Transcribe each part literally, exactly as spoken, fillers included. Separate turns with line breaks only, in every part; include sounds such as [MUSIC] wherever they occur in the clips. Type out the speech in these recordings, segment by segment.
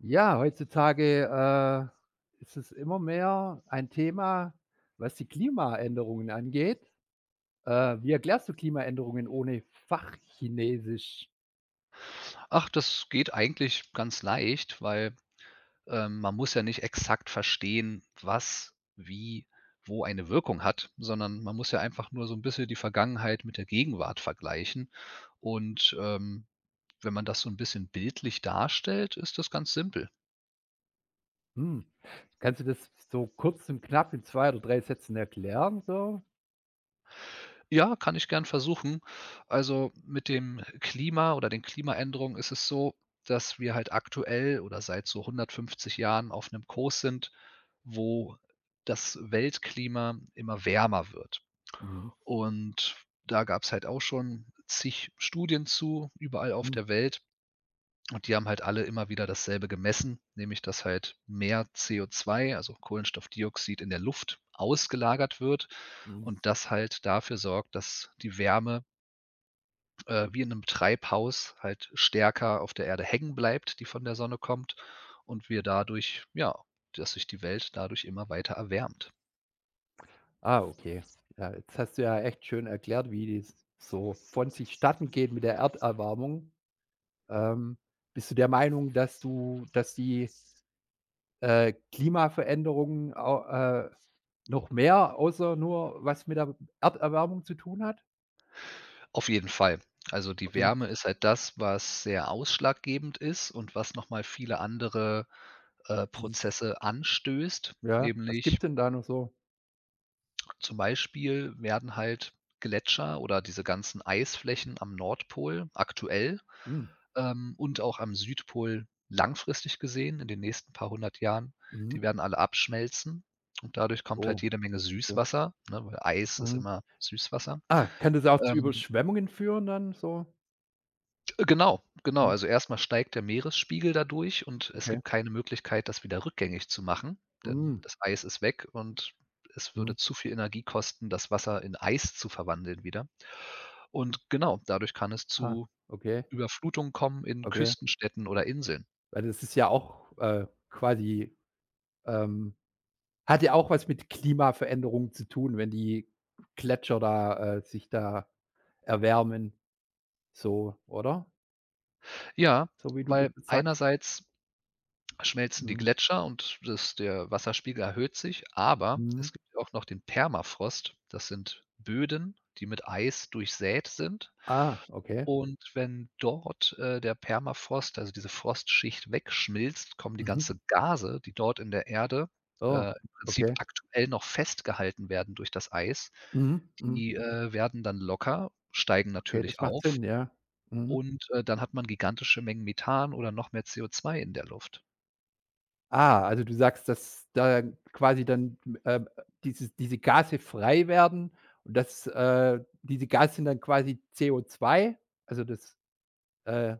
Ja, heutzutage, äh, ist es immer mehr ein Thema, was die Klimaänderungen angeht. Äh, wie erklärst du Klimaänderungen ohne Fachchinesisch?
Ach, das geht eigentlich ganz leicht, weil, ähm, man muss ja nicht exakt verstehen, was, wie, wo eine Wirkung hat, sondern man muss ja einfach nur so ein bisschen die Vergangenheit mit der Gegenwart vergleichen und, ähm, wenn man das so ein bisschen bildlich darstellt, ist das ganz simpel.
Hm. Kannst du das so kurz und knapp in zwei oder drei Sätzen erklären so?
Ja, kann ich gern versuchen. Also, mit dem Klima oder den Klimaänderungen ist es so, dass wir halt aktuell oder seit so hundertfünfzig Jahren auf einem Kurs sind, wo das Weltklima immer wärmer wird.
Mhm.
Und da gab es halt auch schon zig Studien zu, überall auf
Mhm.
der Welt. Und die haben halt alle immer wieder dasselbe gemessen, nämlich dass halt mehr co zwei, also Kohlenstoffdioxid, in der Luft ausgelagert wird
Mhm.
und das halt dafür sorgt, dass die Wärme, äh, wie in einem Treibhaus, halt stärker auf der Erde hängen bleibt, die von der Sonne kommt, und wir dadurch, ja, dass sich die Welt dadurch immer weiter erwärmt.
Ah, okay. Ja, jetzt hast du ja echt schön erklärt, wie das so von sich statten geht mit der Erderwärmung. Ähm, Bist du der Meinung, dass du dass die äh, Klimaveränderungen au äh, noch mehr, außer nur was mit der Erderwärmung zu tun hat?
Auf jeden Fall. Also, die
Okay.
Wärme ist halt das, was sehr ausschlaggebend ist und was noch mal viele andere, äh,
Mhm.
Prozesse anstößt,
Ja, was
nämlich
gibt's denn da noch so?
zum Beispiel werden halt Gletscher oder diese ganzen Eisflächen am Nordpol aktuell,
Hm.
ähm, und auch am Südpol langfristig gesehen in den nächsten paar hundert Jahren,
Mhm.
die werden alle abschmelzen, und dadurch kommt halt
Oh,
jede Menge
okay.
Süßwasser, ne, weil Eis ist
Mhm.
immer Süßwasser.
Ah, kann das auch zu
Ähm,
Überschwemmungen führen dann so?
Genau, genau.
Mhm.
Also, erstmal steigt der Meeresspiegel dadurch, und es
Okay.
gibt keine Möglichkeit, das wieder rückgängig zu machen, denn
Mhm.
das Eis ist weg, und es würde
Mhm.
zu viel Energie kosten, das Wasser in Eis zu verwandeln wieder. Und genau, dadurch kann es
Ah,
zu
okay,
Überflutungen kommen in
okay.
Küstenstädten oder Inseln.
Weil das ist ja auch, äh, quasi, ähm hat ja auch was mit Klimaveränderungen zu tun, wenn die Gletscher da, äh sich da erwärmen so, oder?
Ja,
So wie du das
weil
jetzt sagst.
einerseits schmelzen die
Mhm,
Gletscher, und das der Wasserspiegel erhöht sich, aber
mhm.
es gibt ja auch noch den Permafrost. Das sind Böden, die mit Eis durchsät sind.
Ah, okay.
Und wenn dort, äh, der Permafrost, also diese Frostschicht, wegschmilzt, kommen die
Mhm.
ganzen Gase, die dort in der Erde,
Oh,
äh, im Prinzip
okay.
aktuell noch festgehalten werden durch das Eis,
Mhm, mhm.
die, äh, werden dann locker, steigen
Okay, das
natürlich
macht
auf,
Sinn, ja. Mhm.
und, äh, dann hat man gigantische Mengen Methan oder noch mehr C O zwei in der Luft.
Ah, also du sagst, dass da quasi dann, ähm, dieses diese Gase frei werden und das, äh diese Gase sind dann quasi C O zwei, also das, äh,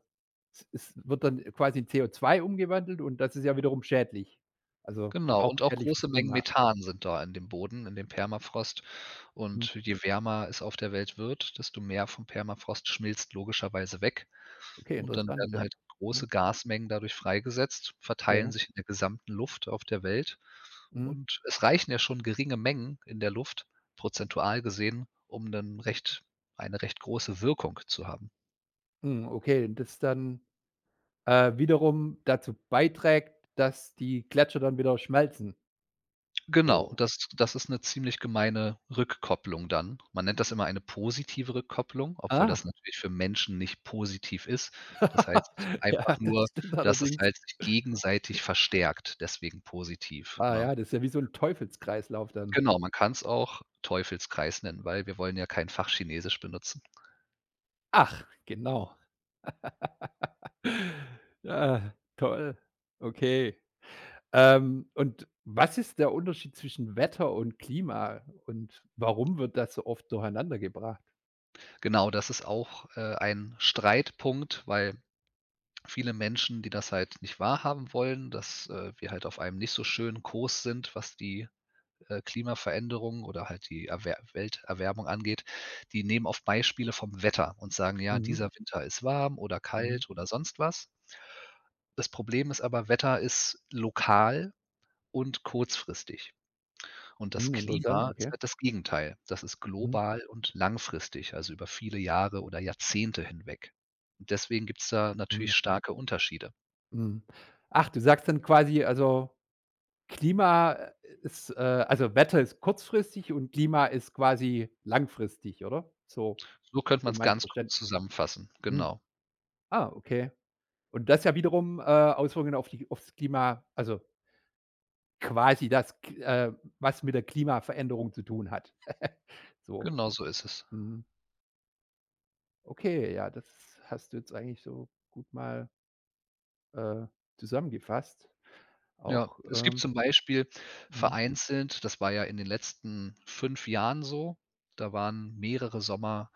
es es wird dann quasi in C O zwei umgewandelt und das ist ja wiederum schädlich. Also
Genau,
auch
und auch
schädlich
große
fürs
Mengen
Klima.
Methan sind da in dem Boden, in dem Permafrost.
Mhm.
Und je wärmer es auf der Welt wird, desto mehr vom Permafrost schmilzt logischerweise weg.
Okay,
Und dann
interessant,
werden
ja.
halt
Mhm,
große Gasmengen dadurch freigesetzt,
okay.
verteilen sich in der gesamten Luft auf der Welt.
Mhm.
Und es reichen ja schon geringe Mengen in der Luft, prozentual gesehen, um dann recht eine recht große Wirkung zu haben.
Mhm, okay, das dann Äh, wiederum dazu beiträgt, dass die Gletscher dann wieder schmelzen.
Genau,
Oh.
das das ist eine ziemlich gemeine Rückkopplung dann. Man nennt das immer eine positive Rückkopplung, obwohl das
Ah.
natürlich für Menschen nicht positiv ist. Das heißt
[LAUGHS] Ja,
einfach
das
nur,
stimmt
dass es
allerdings.
halt sich gegenseitig verstärkt, deswegen positiv,
Ah
ne?
ja, das ist ja wie so ein Teufelskreislauf dann.
Genau, man kann es auch Teufelskreis nennen, weil wir wollen ja kein Fachchinesisch benutzen.
Ach, genau. [LAUGHS] Ja, toll. Okay. Ähm, und was ist der Unterschied zwischen Wetter und Klima und warum wird das so oft durcheinandergebracht?
Genau, das ist auch, äh, ein Streitpunkt, weil viele Menschen, die das halt nicht wahrhaben wollen, dass, äh, wir halt auf einem nicht so schönen Kurs sind, was die äh, Klimaveränderung oder halt die Erwer Welterwärmung angeht, die nehmen oft Beispiele vom Wetter und sagen: „Ja,
Mhm,
dieser Winter ist warm oder
mhm,
kalt oder sonst was." Das Problem ist aber, Wetter ist lokal und kurzfristig. Und das
mhm, interessant,
Klima
okay.
ist halt das Gegenteil. Das ist
Mhm,
global und langfristig, also über viele Jahre oder Jahrzehnte hinweg. Und deswegen gibt es da
mhm,
natürlich starke Unterschiede.
mhm. Ach, du sagst dann quasi also Klima äh, ist, äh also, Wetter ist kurzfristig und Klima ist quasi langfristig, oder? So
So könnte
für
man es
mein
ganz kurz
Verständnis.
zusammenfassen.
Hm.
Genau.
Ah, okay. Und das ja wiederum, äh, Auswirkungen auf die aufs Klima also, quasi das K äh, was mit der Klimaveränderung zu tun hat. [LAUGHS] So,
Genau so ist es.
mhm. Okay, ja, das hast du jetzt eigentlich so gut mal, äh, zusammengefasst.
Ja,
Auch,
es gibt
ähm
zum Beispiel
mhm,
vereinzelt, das war ja in den letzten fünf Jahren so, da waren mehrere Sommer,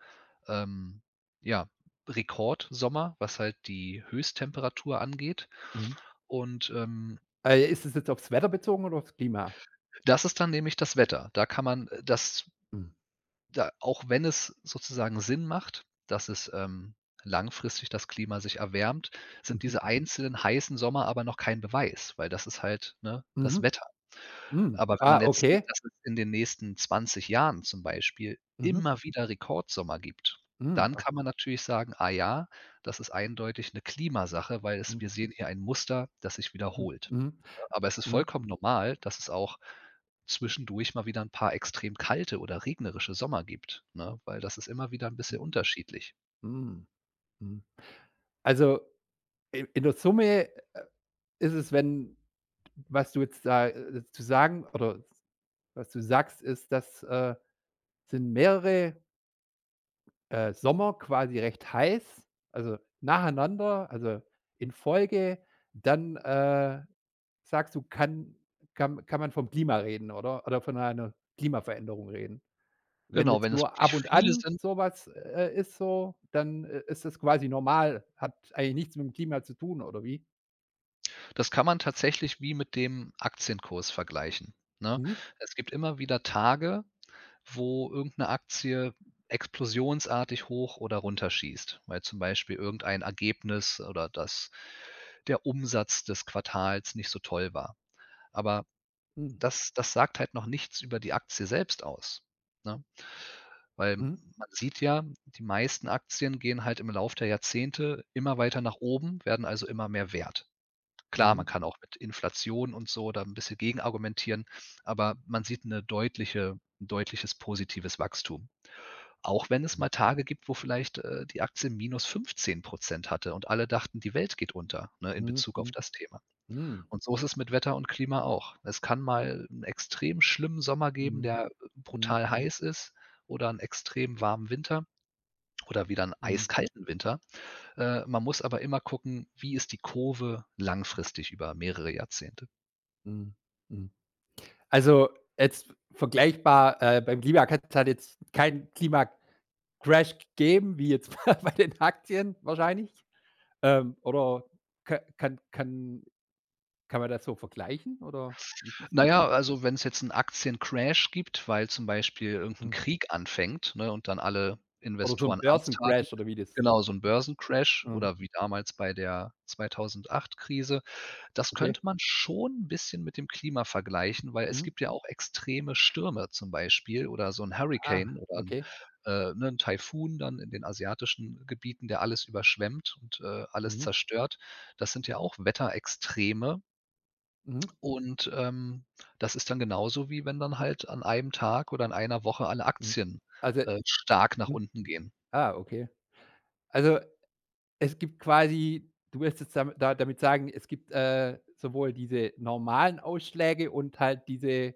ähm, ja, Rekordsommer, was halt die Höchsttemperatur angeht.
mhm.
Und, ähm,
Äh, ist es jetzt aufs Wetter bezogen oder aufs Klima?
das ist dann nämlich das Wetter. Da kann man, äh, das
Mhm,
Da, auch wenn es sozusagen Sinn macht, dass es, ähm, langfristig das Klima sich erwärmt, sind
mhm,
diese einzelnen heißen Sommer aber noch kein Beweis, weil das ist halt, ne, das
mhm.
Wetter.
Hm.
Aber wenn
Ah,
man jetzt sieht,
okay.
dass es in den nächsten zwanzig Jahren zum Beispiel
Mhm.
immer wieder Rekordsommer gibt,
Mhm.
dann
Ab
kann man natürlich sagen: „Ah ja, das ist eindeutig 'ne Klimasache, weil
Mhm.
es wir sehen hier ein Muster, das sich
Mhm.
wiederholt."
Mhm.
Ne? Aber es ist
Mhm.
vollkommen normal, dass es auch zwischendurch mal wieder 'n paar extrem kalte oder regnerische Sommer gibt, ne, weil das ist immer wieder 'n
Mhm.
bisschen unterschiedlich.
Mhm. Mhm. Also, i in der Summe, äh, ist es, wenn was du jetzt da, äh, zu sagen oder was du sagst, ist, das, äh, sind mehrere, äh, Sommer quasi recht heiß, also nacheinander, also in Folge, dann, äh, sagst du, kann kann kann man vom Klima reden, oder? Oder von einer Klimaveränderung reden? Wenn
Genau,
jetzt
wenn es
nur
wirklich
ab und
viele
an
sind,
sowas äh, ist so, dann, äh, ist das quasi normal, hat eigentlich nichts mit dem Klima zu tun oder wie?
das kann man tatsächlich wie mit dem Aktienkurs vergleichen, ne?
Mhm.
Es gibt immer wieder Tage, wo irgendeine Aktie explosionsartig hoch oder runterschießt, weil zum Beispiel irgendein Ergebnis, oder dass der Umsatz des Quartals nicht so toll war. Aber
Mhm.
das das sagt halt noch nichts über die Aktie selbst aus, ne? Weil
Mhm.
man sieht ja, die meisten Aktien gehen halt im Lauf der Jahrzehnte immer weiter nach oben, werden also immer mehr wert. Klar,
Mhm.
man kann auch mit Inflation und so da ein bisschen gegen argumentieren, aber man sieht eine deutliche 'n deutliches positives Wachstum. Auch wenn es mal Tage gibt, wo vielleicht, äh, die Aktie minus fünfzehn hatte und alle dachten, die Welt geht unter, ne, in
Mhm.
Bezug auf
Mhm.
das Thema.
Mhm.
Und so ist es mit Wetter und Klima auch. Es kann mal einen extrem schlimmen Sommer geben,
Mhm.
der
Mhm. Mhm.
brutal heiß ist, oder einen extrem warmen Winter oder wieder einen
Mhm.
eiskalten Winter. Äh, man muss aber immer gucken, wie ist die Kurve langfristig über mehrere Jahrzehnte.
Mhm. Mhm. Also, jetzt vergleichbar, äh, beim Klima kann's halt jetzt keinen Klimacrash geben wie jetzt [LAUGHS] bei bei den Aktien wahrscheinlich, ähm, oder ka kann kann kann man das so vergleichen oder wie siehst
Na
du das?
ja, also wenn es jetzt 'n Aktiencrash gibt, weil zum Beispiel irgendein
Mhm.
Krieg anfängt, ne, und dann alle
Oder so 'n
Investoren Angst haben.
Börsencrash oder wie das
Genau, so 'n Börsencrash,
mhm,
oder wie damals bei der zweitausendacht-Krise. Das
okay.
könnte man schon 'n bisschen mit dem Klima vergleichen, weil es
Mhm.
gibt ja auch extreme Stürme zum Beispiel, oder so 'n
Ah,
Hurrikan oder 'n,
okay.
äh ne, 'n Taifun dann in den asiatischen Gebieten, der alles überschwemmt und, äh, alles
Mhm,
zerstört. Das sind ja auch Wetterextreme,
mhm,
und, ähm, das ist dann genauso, wie wenn dann halt an einem Tag oder in einer Woche alle
mhm.
Aktien,
Also
äh, stark nach
mhm.
unten gehen.
Ah, okay. Also, es gibt quasi du willst jetzt dam da damit sagen, es gibt, äh, sowohl diese normalen Ausschläge und halt diese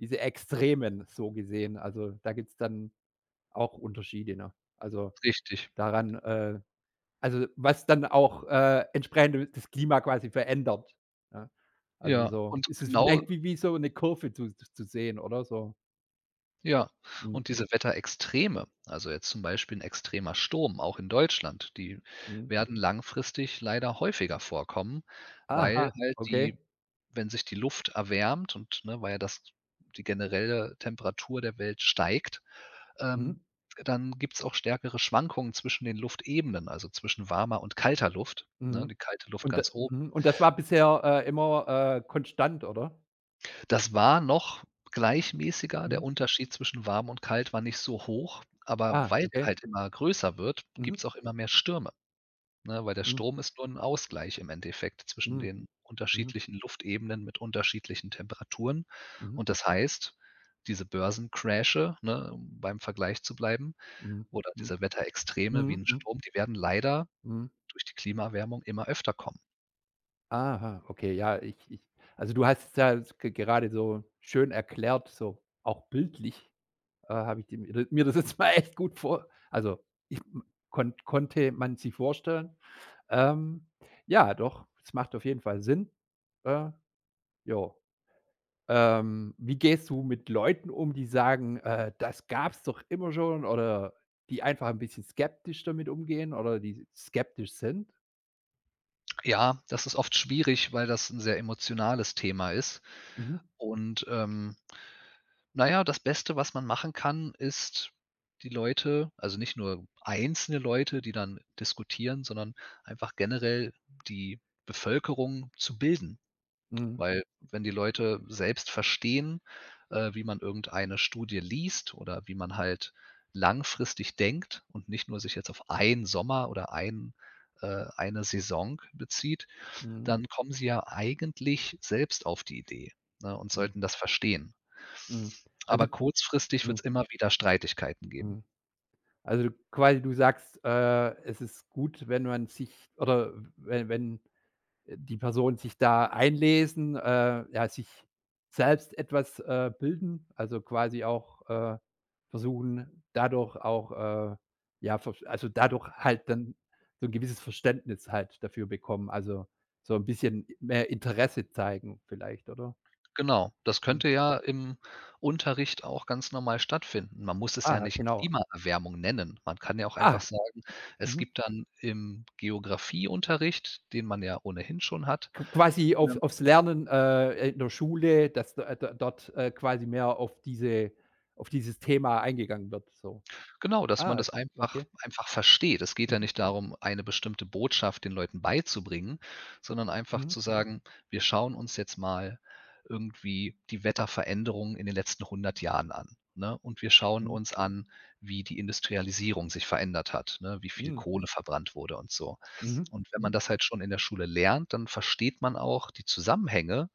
diese extremen so gesehen. Also, da gibt's dann auch Unterschiede, ne? Also,
Richtig.
daran, äh Also, was dann auch, äh, entsprechend das Klima quasi verändert, ne? Also,
Ja,
so
und
ist es
genau,
vielleicht wie wie so eine Kurve zu z zu sehen, oder so?
ja.
Mhm,
Und diese Wetterextreme, also jetzt zum Beispiel ein extremer Sturm, auch in Deutschland, die
mhm.
werden langfristig leider häufiger vorkommen, weil
Aha,
halt
okay.
die wenn sich die Luft erwärmt, und, ne, weil ja das die generelle Temperatur der Welt steigt,
Mhm,
ähm, dann gibt es auch stärkere Schwankungen zwischen den Luftebenen, also zwischen warmer und kalter Luft, ne? Die
mhm.
kalte Luft
Und da
ganz oben.
mhm, und das war bisher, äh, immer, äh, konstant, oder?
Das war noch gleichmäßiger,
Mhm.
der Unterschied zwischen warm und kalt war nicht so hoch, aber
Ah,
weil der
okay.
halt immer größer wird,
Mhm,
gibt es auch immer mehr Stürme, ne? Weil der
mhm,
Strom ist nur ein Ausgleich im Endeffekt zwischen
mhm,
den
mhm,
unterschiedlichen Luftebenen mit unterschiedlichen Temperaturen.
mhm,
Und das heißt, diese Börsencrashe, ne, um beim Vergleich zu bleiben,
mhm,
oder
mhm,
diese Wetterextreme wie
mhm,
ein
mhm,
Sturm, die werden leider
mhm.
durch die Klimaerwärmung immer öfter kommen.
Aha, okay, ja, ich ich also, du hast es ja ge gerade so schön erklärt, so auch bildlich. Äh, habe ich die, mir das jetzt [LAUGHS] mal echt gut vor. Also ich kon konnte man sie vorstellen. Ähm, ja, doch, es macht auf jeden Fall Sinn. Äh, Jo. Ähm, wie gehst du mit Leuten um, die sagen, äh, das gab's doch immer schon oder die einfach ein bisschen skeptisch damit umgehen oder die skeptisch sind?
Ja, das ist oft schwierig, weil das ein sehr emotionales Thema ist,
Mhm.
und, ähm, na ja, das Beste, was man machen kann, ist, die Leute, also nicht nur einzelne Leute, die dann diskutieren, sondern einfach generell die Bevölkerung zu bilden.
Mhm.
Weil wenn die Leute selbst verstehen, äh, wie man irgendeine Studie liest oder wie man halt langfristig denkt und nicht nur sich jetzt auf einen Sommer oder ein äh, eine Saison bezieht,
Mhm.
dann kommen sie ja eigentlich selbst auf die Idee, ne, und
Mhm.
sollten das verstehen.
Mhm. Also
Aber kurzfristig wird
mhm.
es immer wieder Streitigkeiten geben.
Mhm. Also quasi du sagst, äh, es ist gut, wenn man sich oder wenn wenn die Person sich da einlesen, äh, ja, sich selbst etwas, äh, bilden, also quasi auch, äh, versuchen, dadurch auch, äh, ja, versch also dadurch halt dann so ein gewisses Verständnis halt dafür bekommen, also so ein bisschen mehr Interesse zeigen vielleicht, oder?
Genau, das
Mhm.
könnte ja im Unterricht auch ganz normal stattfinden. Man muss es ja
Ah,
nicht
genau.
Klimaerwärmung nennen. Man kann ja auch einfach
Ah,
sagen, es
mhm.
gibt dann im Geografieunterricht, den man ja ohnehin schon hat.
Qu quasi auf
ähm
aufs Lernen, äh, in der Schule, dass da da dort, äh, quasi mehr auf diese auf dieses Thema eingegangen wird so.
Genau, dass man
Ah,
das einfach
okay.
einfach versteht. Es geht ja nicht darum, eine bestimmte Botschaft den Leuten beizubringen, sondern einfach
Mhm.
zu sagen: „Wir schauen uns jetzt mal irgendwie die Wetterveränderungen in den letzten hundert Jahren an, ne? Und wir schauen
Mhm.
uns an, wie die Industrialisierung sich verändert hat, ne, wie viel
Mhm.
Kohle verbrannt wurde und so."
Mhm.
Und wenn man
Mhm.
das halt schon in der Schule lernt, dann versteht man auch die Zusammenhänge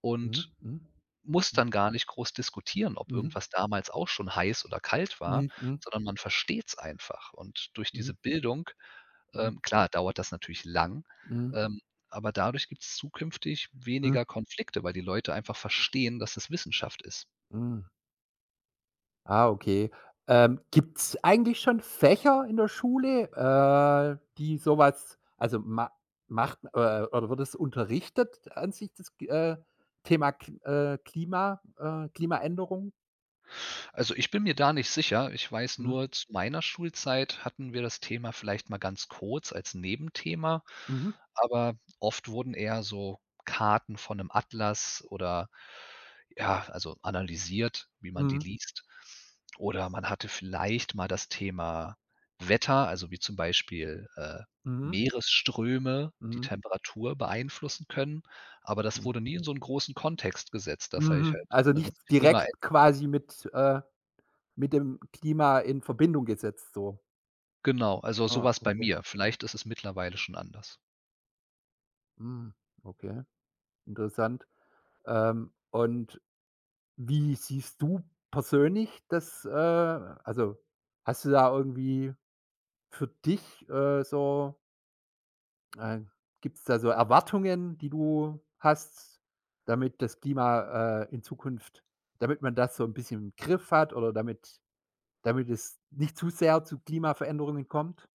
und
Mhm. Mhm.
muss dann gar nicht groß diskutieren, ob
Mhm.
irgendwas damals auch schon heiß oder kalt war,
Mhm. Mhm.
sondern man versteht's einfach. Und durch
Mhm.
diese Bildung,
Mhm.
ähm, klar, dauert das natürlich lang,
Mhm.
ähm, aber dadurch gibt's zukünftig
Mhm.
weniger Konflikte, weil die Leute einfach verstehen, dass es Wissenschaft ist.
Mhm. Ah, okay. Ähm, Gibt es eigentlich schon Fächer in der Schule, äh, die sowas, also, ma macht äh, oder wird es unterrichtet an sich das, äh, Thema K äh, Klima äh, Klimaänderung?
Also, ich bin mir da nicht sicher. Ich weiß
Mhm.
nur, zu meiner Schulzeit hatten wir das Thema vielleicht mal ganz kurz als Nebenthema,
Mhm.
aber oft wurden eher so Karten von einem Atlas oder, ja, also analysiert, wie man die
Mhm.
liest. Oder man hatte vielleicht mal das Thema Wetter, also wie zum Beispiel, äh,
Mhm.
Meeresströme die
Mhm.
Temperatur beeinflussen können, aber das
Mhm.
wurde nie in so einen großen Kontext gesetzt, dass, sage ich
Mhm.
halt,
Also,
ne,
nicht
das Klima,
direkt quasi mit, äh Mit dem Klima in Verbindung gesetzt so.
genau, also so
Ah,
war's bei
okay.
mir. Vielleicht ist es mittlerweile schon anders.
Mhm, okay, interessant. Ähm, und wie siehst du persönlich das, äh also, hast du da irgendwie für dich, äh, so äh, gibt es da so Erwartungen, die du hast, damit das Klima, äh, in Zukunft damit man das so ein bisschen im Griff hat oder damit damit es nicht zu sehr zu Klimaveränderungen kommt?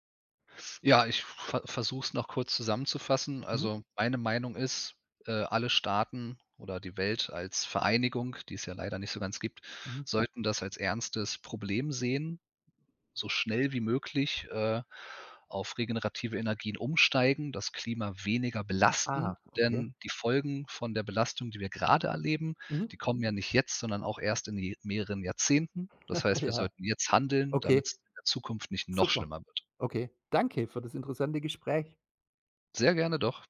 Ja, ich ver versuche es noch kurz zusammenzufassen.
Mhm,
Also, meine Meinung ist, äh, alle Staaten oder die Welt als Vereinigung, die es ja leider nicht so ganz gibt,
mhm.
sollten das als ernstes Problem sehen, so schnell wie möglich, äh, auf regenerative Energien umsteigen, das Klima weniger belasten,
Ah, okay.
denn die Folgen von der Belastung, die wir gerade erleben,
Mhm.
die kommen ja nicht jetzt, sondern auch erst in je mehreren Jahrzehnten. Das
[LAUGHS]
heißt, wir
Ja.
sollten jetzt handeln,
Okay,
damit es in der Zukunft nicht noch
super.
schlimmer wird.
Okay, danke für das interessante Gespräch.
Sehr gerne doch.